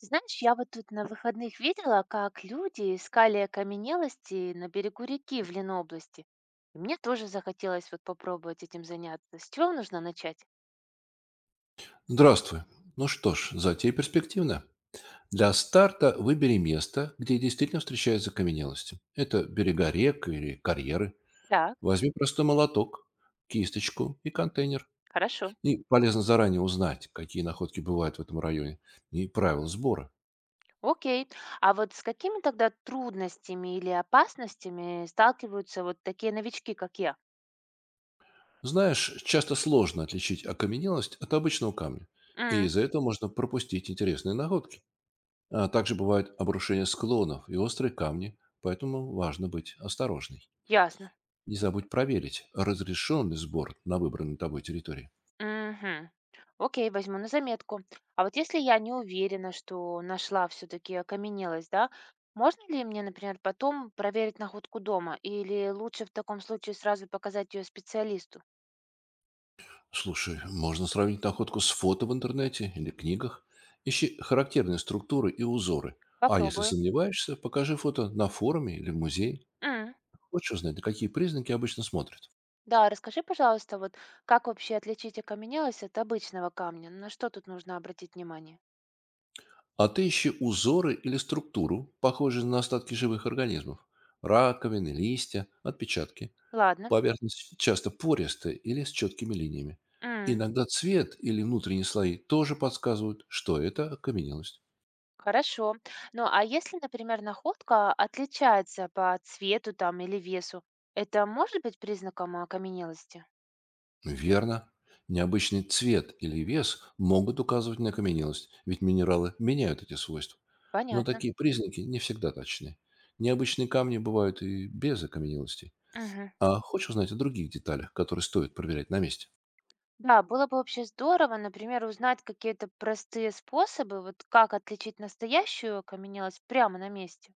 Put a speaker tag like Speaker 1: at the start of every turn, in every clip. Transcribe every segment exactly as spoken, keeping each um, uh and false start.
Speaker 1: Ты знаешь, я вот тут на выходных видела, как люди искали окаменелости на берегу реки в Ленобласти. И мне тоже захотелось вот попробовать этим заняться. С чего нужно начать?
Speaker 2: Здравствуй. Ну что ж, затея перспективная. Для старта выбери место, где действительно встречаются каменелости. Это берега рек или карьеры.
Speaker 1: Так,
Speaker 2: Возьми просто молоток, кисточку и контейнер.
Speaker 1: хорошо.
Speaker 2: И полезно заранее узнать, какие находки бывают в этом районе и правила сбора.
Speaker 1: Окей. А вот с какими тогда трудностями или опасностями сталкиваются вот такие новички, как я?
Speaker 2: Знаешь, часто сложно отличить окаменелость от обычного камня, и
Speaker 1: М,
Speaker 2: из-за этого можно пропустить интересные находки. А также бывают обрушения склонов и острые камни, поэтому важно быть осторожней.
Speaker 1: ясно.
Speaker 2: Не забудь проверить, разрешен ли сбор на выбранной тобой территории.
Speaker 1: Мгм. Окей, возьму на заметку. А вот если я не уверена, что нашла все-таки окаменелость, да, можно ли мне, например, потом проверить находку дома? Или лучше в таком случае сразу показать ее специалисту?
Speaker 2: Слушай, можно сравнить находку с фото в интернете или книгах. Ищи характерные структуры и узоры. А если
Speaker 1: Попробую.
Speaker 2: сомневаешься, покажи фото на форуме или в музее.
Speaker 1: М,
Speaker 2: Хочешь узнать, на какие признаки обычно смотрят?
Speaker 1: Да, расскажи, пожалуйста, вот как вообще отличить окаменелость от обычного камня? На что тут нужно обратить внимание?
Speaker 2: А ты ищи узоры или структуру, похожие на остатки живых организмов. Раковины, листья, отпечатки.
Speaker 1: Ладно.
Speaker 2: Поверхность часто пористая или с четкими линиями.
Speaker 1: М.
Speaker 2: Иногда цвет или внутренние слои тоже подсказывают, что это окаменелость.
Speaker 1: Хорошо. Ну, а если, например, находка отличается по цвету там или весу, это может быть признаком а, окаменелости?
Speaker 2: Верно. Необычный цвет или вес могут указывать на окаменелость, ведь минералы меняют эти свойства. Но
Speaker 1: Понятно.
Speaker 2: такие признаки не всегда точны. Необычные камни бывают и без окаменелостей.
Speaker 1: Мгм.
Speaker 2: А хочешь узнать о других деталях, которые стоит проверять на месте?
Speaker 1: Да, было бы вообще здорово, например, узнать какие-то простые способы, вот как отличить настоящую окаменелость прямо на месте.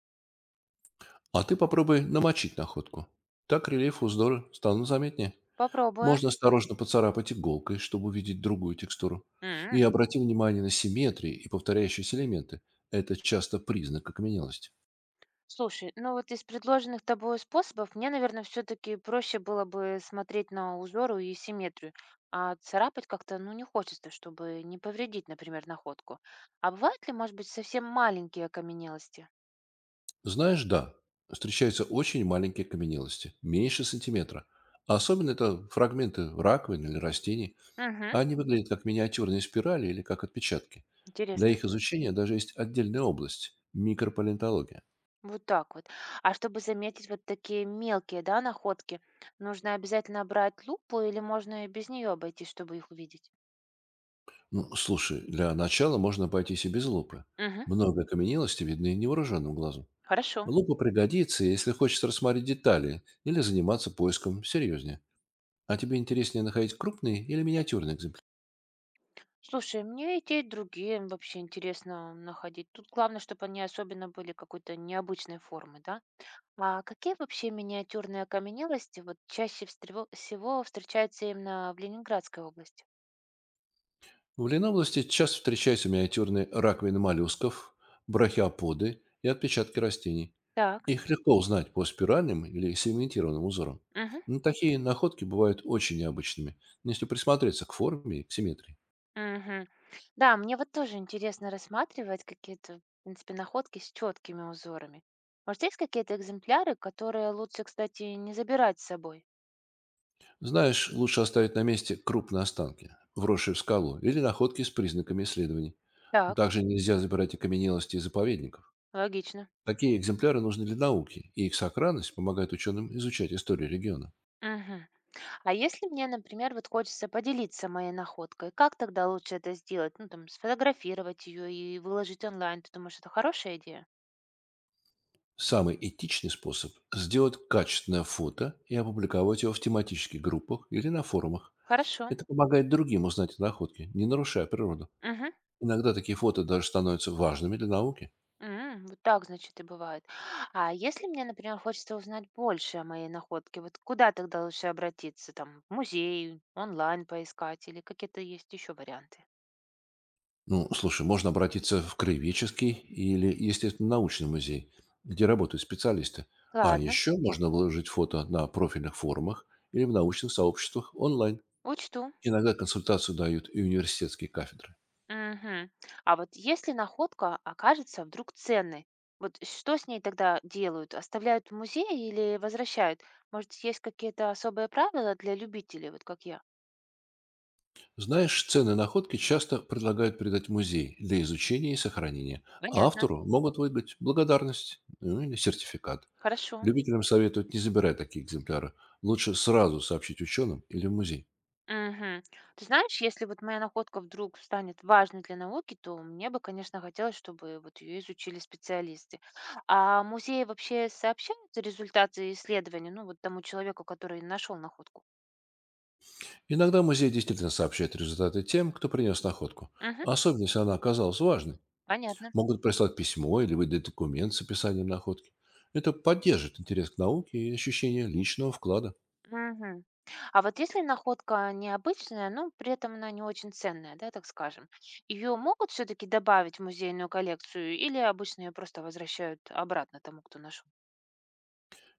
Speaker 2: А ты попробуй намочить находку. Так рельеф узоры станут заметнее.
Speaker 1: Попробую.
Speaker 2: Можно осторожно поцарапать иголкой, чтобы увидеть другую текстуру. И
Speaker 1: М.
Speaker 2: обрати внимание на симметрии и повторяющиеся элементы. Это часто признак окаменелости.
Speaker 1: Слушай, ну вот из предложенных тобой способов мне, наверное, все-таки проще было бы смотреть на узору и симметрию, а царапать как-то, ну, не хочется, чтобы не повредить, например, находку. А бывают ли, может быть, совсем маленькие окаменелости?
Speaker 2: Знаешь, да, встречаются очень маленькие окаменелости, меньше сантиметра. А особенно это фрагменты раковин или растений.
Speaker 1: Угу,
Speaker 2: Они выглядят как миниатюрные спирали или как отпечатки. Для
Speaker 1: интересно.
Speaker 2: их изучения даже есть отдельная область — микропалеонтология.
Speaker 1: Вот так вот. А чтобы заметить вот такие мелкие, да, находки, нужно обязательно брать лупу или можно и без нее обойтись, чтобы их увидеть?
Speaker 2: Ну, слушай, для начала можно обойтись и без лупы.
Speaker 1: Угу,
Speaker 2: Много окаменелости видны невооруженным глазом.
Speaker 1: хорошо.
Speaker 2: Лупа пригодится, если хочется рассмотреть детали или заниматься поиском серьезнее. А тебе интереснее находить крупные или миниатюрные экземпляры?
Speaker 1: Слушай, мне и те, и другие вообще интересно находить. Тут главное, чтобы они особенно были какой-то необычной формы, да? А какие вообще миниатюрные окаменелости вот чаще встрево- всего встречаются именно в Ленинградской области?
Speaker 2: В ленобласти часто встречаются миниатюрные раковины моллюсков, брахиоподы и отпечатки растений.
Speaker 1: Так.
Speaker 2: Их легко узнать по спиральным или сегментированным узорам.
Speaker 1: Мгм.
Speaker 2: Но такие находки бывают очень необычными, если присмотреться к форме и к симметрии.
Speaker 1: Мгм. Да, мне вот тоже интересно рассматривать какие-то, в принципе, находки с четкими узорами. Может, есть какие-то экземпляры, которые лучше, кстати, не забирать с собой?
Speaker 2: Знаешь, лучше оставить на месте крупные останки, вросшие в скалу, или находки с признаками исследований.
Speaker 1: Так,
Speaker 2: Также нельзя забирать окаменелости из заповедников.
Speaker 1: логично.
Speaker 2: Такие экземпляры нужны для науки, и их сохранность помогает ученым изучать историю региона.
Speaker 1: Мгм. А если мне, например, вот хочется поделиться моей находкой, как тогда лучше это сделать? Ну, там, сфотографировать ее и выложить онлайн. Ты думаешь, это хорошая идея?
Speaker 2: Самый этичный способ — сделать качественное фото и опубликовать его в тематических группах или на форумах.
Speaker 1: Хорошо.
Speaker 2: Это помогает другим узнать о находке, не нарушая природу.
Speaker 1: Мгм.
Speaker 2: Иногда такие фото даже становятся важными для науки.
Speaker 1: М, Вот так, значит, и бывает. А если мне, например, хочется узнать больше о моей находке, вот куда тогда лучше обратиться? Там, в музей, онлайн поискать или какие-то есть еще варианты?
Speaker 2: Ну, слушай, можно обратиться в краеведческий или естественно-научный музей, где работают специалисты. А
Speaker 1: Ладно,
Speaker 2: еще можно выложить фото на профильных форумах или в научных сообществах онлайн.
Speaker 1: учту.
Speaker 2: Иногда консультацию дают и университетские кафедры.
Speaker 1: Мгм. А вот если находка окажется вдруг ценной, вот что с ней тогда делают? Оставляют в музее или возвращают? Может, есть какие-то особые правила для любителей, вот как я?
Speaker 2: Знаешь, ценные находки часто предлагают передать в музей для изучения и сохранения. А
Speaker 1: Понятно.
Speaker 2: автору могут выдать благодарность, ну, или сертификат.
Speaker 1: Хорошо.
Speaker 2: Любителям советуют не забирать такие экземпляры. Лучше сразу сообщить ученым или в музей.
Speaker 1: Мгм. Ты знаешь, если вот моя находка вдруг станет важной для науки, то мне бы, конечно, хотелось, чтобы вот ее изучили специалисты. А музеи вообще сообщают результаты исследования, ну вот тому человеку, который нашел находку?
Speaker 2: Иногда музей действительно сообщает результаты тем, кто принес находку.
Speaker 1: Мгм.
Speaker 2: Особенно, если она оказалась важной.
Speaker 1: Понятно.
Speaker 2: Могут прислать письмо или выдать документ с описанием находки. Это поддержит интерес к науке и ощущение личного вклада.
Speaker 1: Мгм. А вот если находка необычная, но при этом она не очень ценная, да, так скажем, ее могут все-таки добавить в музейную коллекцию или обычно ее просто возвращают обратно тому, кто нашел?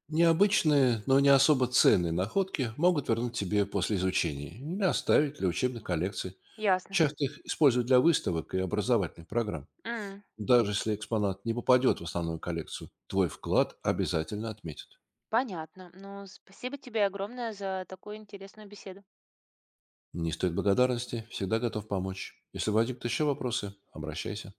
Speaker 2: Необычные, но не особо ценные находки могут вернуть тебе после изучения или оставить для учебной коллекции.
Speaker 1: Ясно.
Speaker 2: Часто их используют для выставок и образовательных программ.
Speaker 1: М,
Speaker 2: Даже если экспонат не попадет в основную коллекцию, твой вклад обязательно отметят.
Speaker 1: Понятно. Ну, спасибо тебе огромное за такую интересную беседу.
Speaker 2: Не стоит благодарности, всегда готов помочь. Если возникнут еще вопросы, обращайся.